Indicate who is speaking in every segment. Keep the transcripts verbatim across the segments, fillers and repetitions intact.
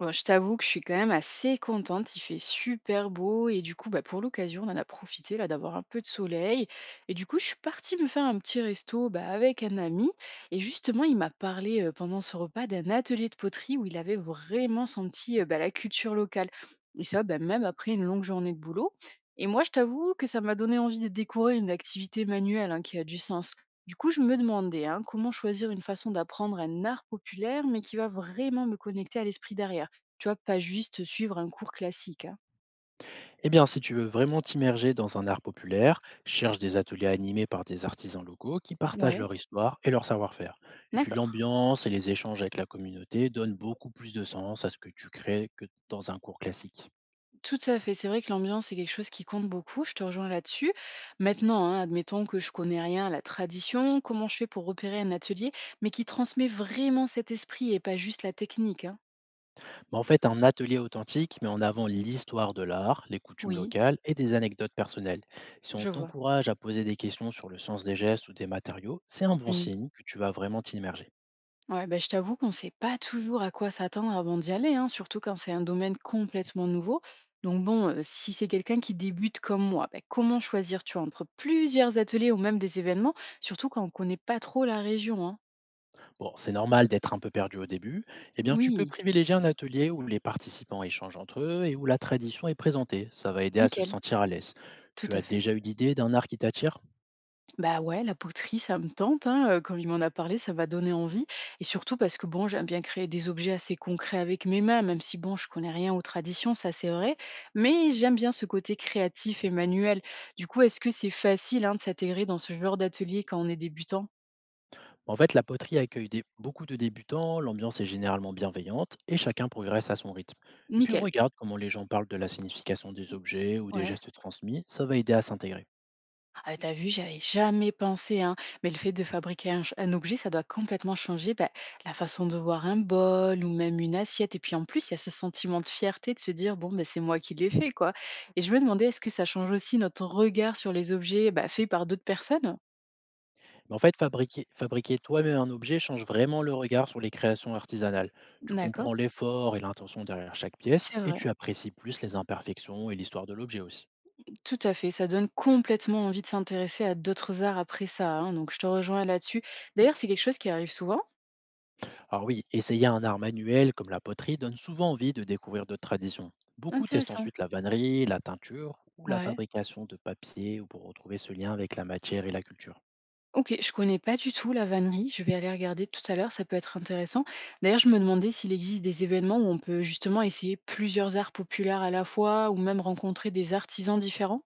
Speaker 1: Bon, je t'avoue que je suis quand même assez contente, il fait super beau et du coup, bah, pour l'occasion, on en a profité là d'avoir un peu de soleil et du coup, je suis partie me faire un petit resto, bah, avec un ami. Et justement, il m'a parlé euh, pendant ce repas d'un atelier de poterie où il avait vraiment senti, euh, bah, la culture locale, et ça, bah, même après une longue journée de boulot. Et moi, je t'avoue que ça m'a donné envie de découvrir une activité manuelle, hein, qui a du sens. Du coup, je me demandais, hein, comment choisir une façon d'apprendre un art populaire, mais qui va vraiment me connecter à l'esprit derrière. Tu vois, pas juste suivre un cours classique, hein.
Speaker 2: Eh bien, si tu veux vraiment t'immerger dans un art populaire, cherche des ateliers animés par des artisans locaux qui partagent
Speaker 1: Ouais,
Speaker 2: leur histoire et leur savoir-faire. Et puis
Speaker 1: d'accord.
Speaker 2: l'ambiance et les échanges avec la communauté donnent beaucoup plus de sens à ce que tu crées que dans un cours classique.
Speaker 1: Tout à fait. C'est vrai que l'ambiance est quelque chose qui compte beaucoup. Je te rejoins là-dessus. Maintenant, hein, admettons que je connais rien à la tradition, comment je fais pour repérer un atelier, mais qui transmet vraiment cet esprit et pas juste la technique, hein.
Speaker 2: Mais en fait, un atelier authentique met en avant l'histoire de l'art, les coutumes
Speaker 1: Oui,
Speaker 2: locales et des anecdotes personnelles. Si on
Speaker 1: je vois.
Speaker 2: t'encourage à poser des questions sur le sens des gestes ou des matériaux, c'est un bon signe que tu vas vraiment t'immerger.
Speaker 1: Ouais, bah, je t'avoue qu'on ne sait pas toujours à quoi s'attendre avant d'y aller, hein, surtout quand c'est un domaine complètement nouveau. Donc bon, euh, si c'est quelqu'un qui débute comme moi, bah, comment choisir, tu vois, entre plusieurs ateliers ou même des événements, surtout quand on ne connaît pas trop la région, hein.
Speaker 2: Bon, c'est normal d'être un peu perdu au début. Eh bien, tu peux
Speaker 1: Oui,
Speaker 2: privilégier un atelier où les participants échangent entre eux et où la tradition est présentée. Ça va aider à se
Speaker 1: nickel,
Speaker 2: sentir à l'aise.
Speaker 1: tout
Speaker 2: Tu as
Speaker 1: à fait.
Speaker 2: déjà eu l'idée d'un art qui t'attire?
Speaker 1: Bah ouais, la poterie, ça me tente, hein, euh, comme il m'en a parlé, ça m'a donné envie. Et surtout parce que bon, j'aime bien créer des objets assez concrets avec mes mains, même si bon, je connais rien aux traditions, ça c'est vrai. Mais j'aime bien ce côté créatif et manuel. Du coup, est-ce que c'est facile, hein, de s'intégrer dans ce genre d'atelier quand on est débutant?
Speaker 2: En fait, la poterie accueille des- beaucoup de débutants, l'ambiance est généralement bienveillante et chacun progresse à son rythme. Et puis
Speaker 1: Nickel.
Speaker 2: regarde comment les gens parlent de la signification des objets ou des
Speaker 1: Ouais.
Speaker 2: gestes transmis, ça va aider à s'intégrer.
Speaker 1: Ah, tu vu, j'y avais jamais pensé, hein. Mais le fait de fabriquer un, ch- un objet, ça doit complètement changer, bah, la façon de voir un bol ou même une assiette. Et puis en plus, il y a ce sentiment de fierté de se dire, bon, ben c'est moi qui l'ai fait, quoi. Et je me demandais, est-ce que ça change aussi notre regard sur les objets, bah, faits par d'autres personnes?
Speaker 2: En fait, fabriquer, fabriquer toi-même un objet change vraiment le regard sur les créations artisanales. Tu
Speaker 1: D'accord.
Speaker 2: comprends l'effort et l'intention derrière chaque
Speaker 1: C'est
Speaker 2: pièce et
Speaker 1: vrai.
Speaker 2: tu apprécies plus les imperfections et l'histoire de l'objet aussi.
Speaker 1: Tout à fait. Ça donne complètement envie de s'intéresser à d'autres arts après ça, hein. Donc je te rejoins là-dessus. D'ailleurs, c'est quelque chose qui arrive souvent.
Speaker 2: Alors oui, essayer un art manuel comme la poterie donne souvent envie de découvrir d'autres traditions. Beaucoup testent
Speaker 1: Intéressant.
Speaker 2: ensuite la vannerie, la teinture ou la
Speaker 1: Ouais.
Speaker 2: fabrication de papier ou pour retrouver ce lien avec la matière et la culture.
Speaker 1: OK, je connais pas du tout la vannerie, je vais aller regarder tout à l'heure, ça peut être intéressant. D'ailleurs, je me demandais s'il existe des événements où on peut justement essayer plusieurs arts populaires à la fois ou même rencontrer des artisans différents?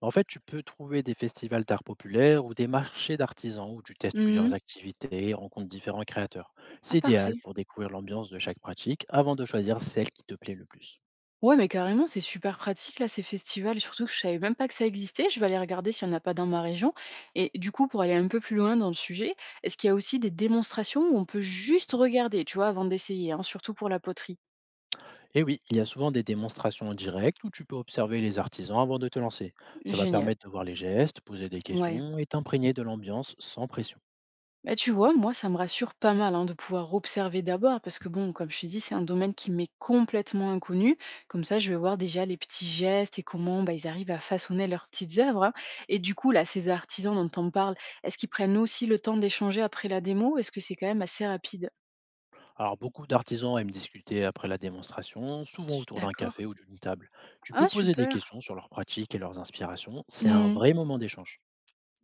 Speaker 2: En fait, tu peux trouver des festivals d'art populaire ou des marchés d'artisans où tu testes plusieurs
Speaker 1: Mhm.
Speaker 2: activités et rencontres différents créateurs.
Speaker 1: Ah,
Speaker 2: C'est idéal
Speaker 1: parfait.
Speaker 2: pour découvrir l'ambiance de chaque pratique avant de choisir celle qui te plaît le plus.
Speaker 1: Ouais, mais carrément, c'est super pratique là, ces festivals, surtout que je savais même pas que ça existait. Je vais aller regarder s'il n'y en a pas dans ma région. Et du coup, pour aller un peu plus loin dans le sujet, est-ce qu'il y a aussi des démonstrations où on peut juste regarder, tu vois, avant d'essayer, hein, surtout pour la poterie?
Speaker 2: Et oui, il y a souvent des démonstrations en direct où tu peux observer les artisans avant de te lancer. Ça va
Speaker 1: Génial.
Speaker 2: permettre de voir les gestes, poser des
Speaker 1: Ouais.
Speaker 2: questions et t'imprégner de l'ambiance sans pression.
Speaker 1: Bah, tu vois, moi, ça me rassure pas mal, hein, de pouvoir observer d'abord, parce que bon, comme je te dis, c'est un domaine qui m'est complètement inconnu. Comme ça, je vais voir déjà les petits gestes et comment, bah, ils arrivent à façonner leurs petites œuvres, hein. Et du coup, là, ces artisans dont on parle, est-ce qu'ils prennent aussi le temps d'échanger après la démo? Est-ce que c'est quand même assez rapide?
Speaker 2: Alors beaucoup d'artisans aiment discuter après la démonstration, souvent
Speaker 1: Su-
Speaker 2: autour d'un
Speaker 1: D'accord.
Speaker 2: café ou d'une table. Tu peux
Speaker 1: Ah,
Speaker 2: poser des
Speaker 1: super.
Speaker 2: questions sur leurs pratiques et leurs inspirations, c'est un
Speaker 1: Mmh.
Speaker 2: vrai moment d'échange.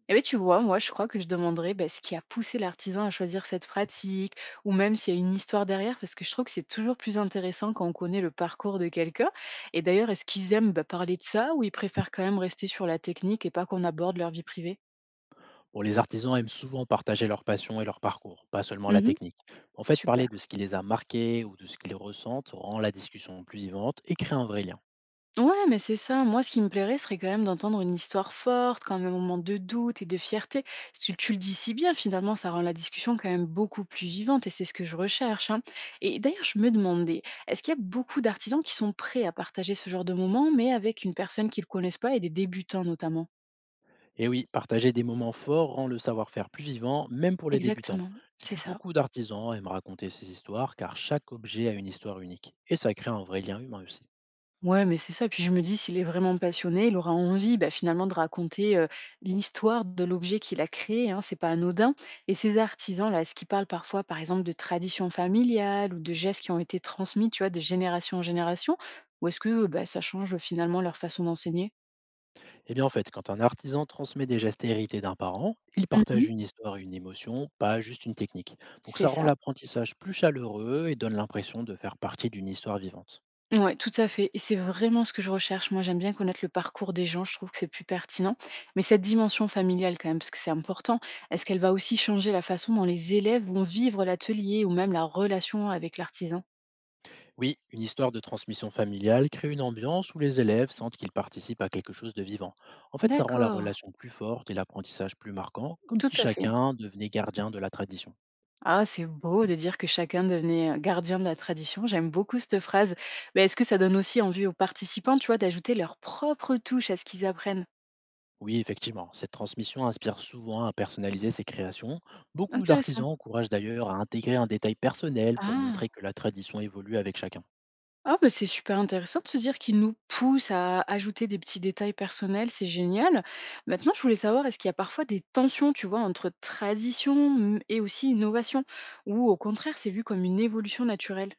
Speaker 1: Eh beh, tu vois, moi, je crois que je demanderais, bah, ce qui a poussé l'artisan à choisir cette pratique, ou même s'il y a une histoire derrière, parce que je trouve que c'est toujours plus intéressant quand on connaît le parcours de quelqu'un. Et d'ailleurs, est-ce qu'ils aiment, bah, parler de ça, ou ils préfèrent quand même rester sur la technique et pas qu'on aborde leur vie privée?
Speaker 2: Bon, les artisans aiment souvent partager leur passion et leur parcours, pas seulement la
Speaker 1: Mhm.
Speaker 2: technique. En fait, parler
Speaker 1: Super.
Speaker 2: de ce qui les a marqués ou de ce qu'ils ressentent rend la discussion plus vivante et crée un vrai lien.
Speaker 1: Ouais, mais c'est ça. Moi, ce qui me plairait serait quand même d'entendre une histoire forte, quand même un moment de doute et de fierté. Tu, tu le dis si bien, finalement, ça rend la discussion quand même beaucoup plus vivante et c'est ce que je recherche, hein. Et d'ailleurs, je me demandais, est-ce qu'il y a beaucoup d'artisans qui sont prêts à partager ce genre de moment, mais avec une personne qu'ils ne connaissent pas et des débutants notamment?
Speaker 2: Et oui, partager des moments forts rend le savoir-faire plus vivant, même pour les débutants.
Speaker 1: Exactement,
Speaker 2: Et
Speaker 1: c'est
Speaker 2: puis
Speaker 1: ça.
Speaker 2: beaucoup d'artisans aiment raconter ces histoires car chaque objet a une histoire unique. Et ça crée un vrai lien humain aussi.
Speaker 1: Ouais, mais c'est ça. Puis je me dis, s'il est vraiment passionné, il aura envie, bah, finalement, de raconter, euh, l'histoire de l'objet qu'il a créé. Hein, c'est pas anodin. Et ces artisans là, est-ce qu'ils parlent parfois, par exemple, de traditions familiales ou de gestes qui ont été transmis, tu vois, de génération en génération, ou est-ce que bah, ça change, euh, finalement leur façon d'enseigner?
Speaker 2: Eh bien, en fait, quand un artisan transmet des gestes hérités d'un parent, il partage
Speaker 1: Mhm.
Speaker 2: une histoire et une émotion, pas juste une technique. Donc, ça
Speaker 1: C'est
Speaker 2: rend
Speaker 1: ça.
Speaker 2: l'apprentissage plus chaleureux et donne l'impression de faire partie d'une histoire vivante.
Speaker 1: Ouais, tout à fait et c'est vraiment ce que je recherche. Moi, j'aime bien connaître le parcours des gens, je trouve que c'est plus pertinent. Mais cette dimension familiale quand même, parce que c'est important, est-ce qu'elle va aussi changer la façon dont les élèves vont vivre l'atelier ou même la relation avec l'artisan?
Speaker 2: Oui, une histoire de transmission familiale crée une ambiance où les élèves sentent qu'ils participent à quelque chose de vivant. En fait, ça rend la
Speaker 1: D'accord,
Speaker 2: relation plus forte et l'apprentissage plus marquant, comme
Speaker 1: tout
Speaker 2: si
Speaker 1: à fait.
Speaker 2: chacun devenait gardien de la tradition.
Speaker 1: Ah, c'est beau de dire que chacun devenait, euh, gardien de la tradition. J'aime beaucoup cette phrase. Mais est-ce que ça donne aussi envie aux participants, tu vois, d'ajouter leur propre touche à ce qu'ils apprennent?
Speaker 2: Oui, effectivement, cette transmission inspire souvent à personnaliser ses créations. Beaucoup d'artisans
Speaker 1: Intéressant.
Speaker 2: encouragent d'ailleurs à intégrer un détail personnel pour montrer
Speaker 1: Ah.
Speaker 2: que la tradition évolue avec chacun.
Speaker 1: Ah bah, c'est super intéressant de se dire qu'il nous pousse à ajouter des petits détails personnels, c'est génial. Maintenant, je voulais savoir, est-ce qu'il y a parfois des tensions, tu vois, entre tradition, mm, et aussi innovation, ou au contraire, c'est vu comme une évolution naturelle?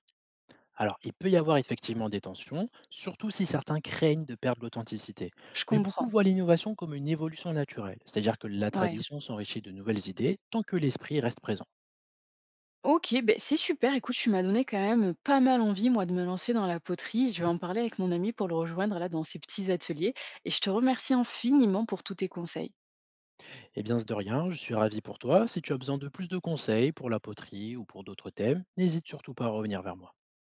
Speaker 2: Alors, il peut y avoir effectivement des tensions, surtout si certains craignent de perdre l'authenticité.
Speaker 1: Je
Speaker 2: Mais beaucoup
Speaker 1: comprends,
Speaker 2: voient l'innovation comme une évolution naturelle, c'est-à-dire que la
Speaker 1: ouais.
Speaker 2: tradition s'enrichit de nouvelles idées tant que l'esprit reste présent.
Speaker 1: Ok, ben c'est super. Écoute, tu m'as donné quand même pas mal envie, moi, de me lancer dans la poterie. Je vais en parler avec mon ami pour le rejoindre là dans ses petits ateliers. Et je te remercie infiniment pour tous tes conseils.
Speaker 2: Eh bien, de rien, je suis ravi pour toi. Si tu as besoin de plus de conseils pour la poterie ou pour d'autres thèmes, n'hésite surtout pas à revenir vers moi.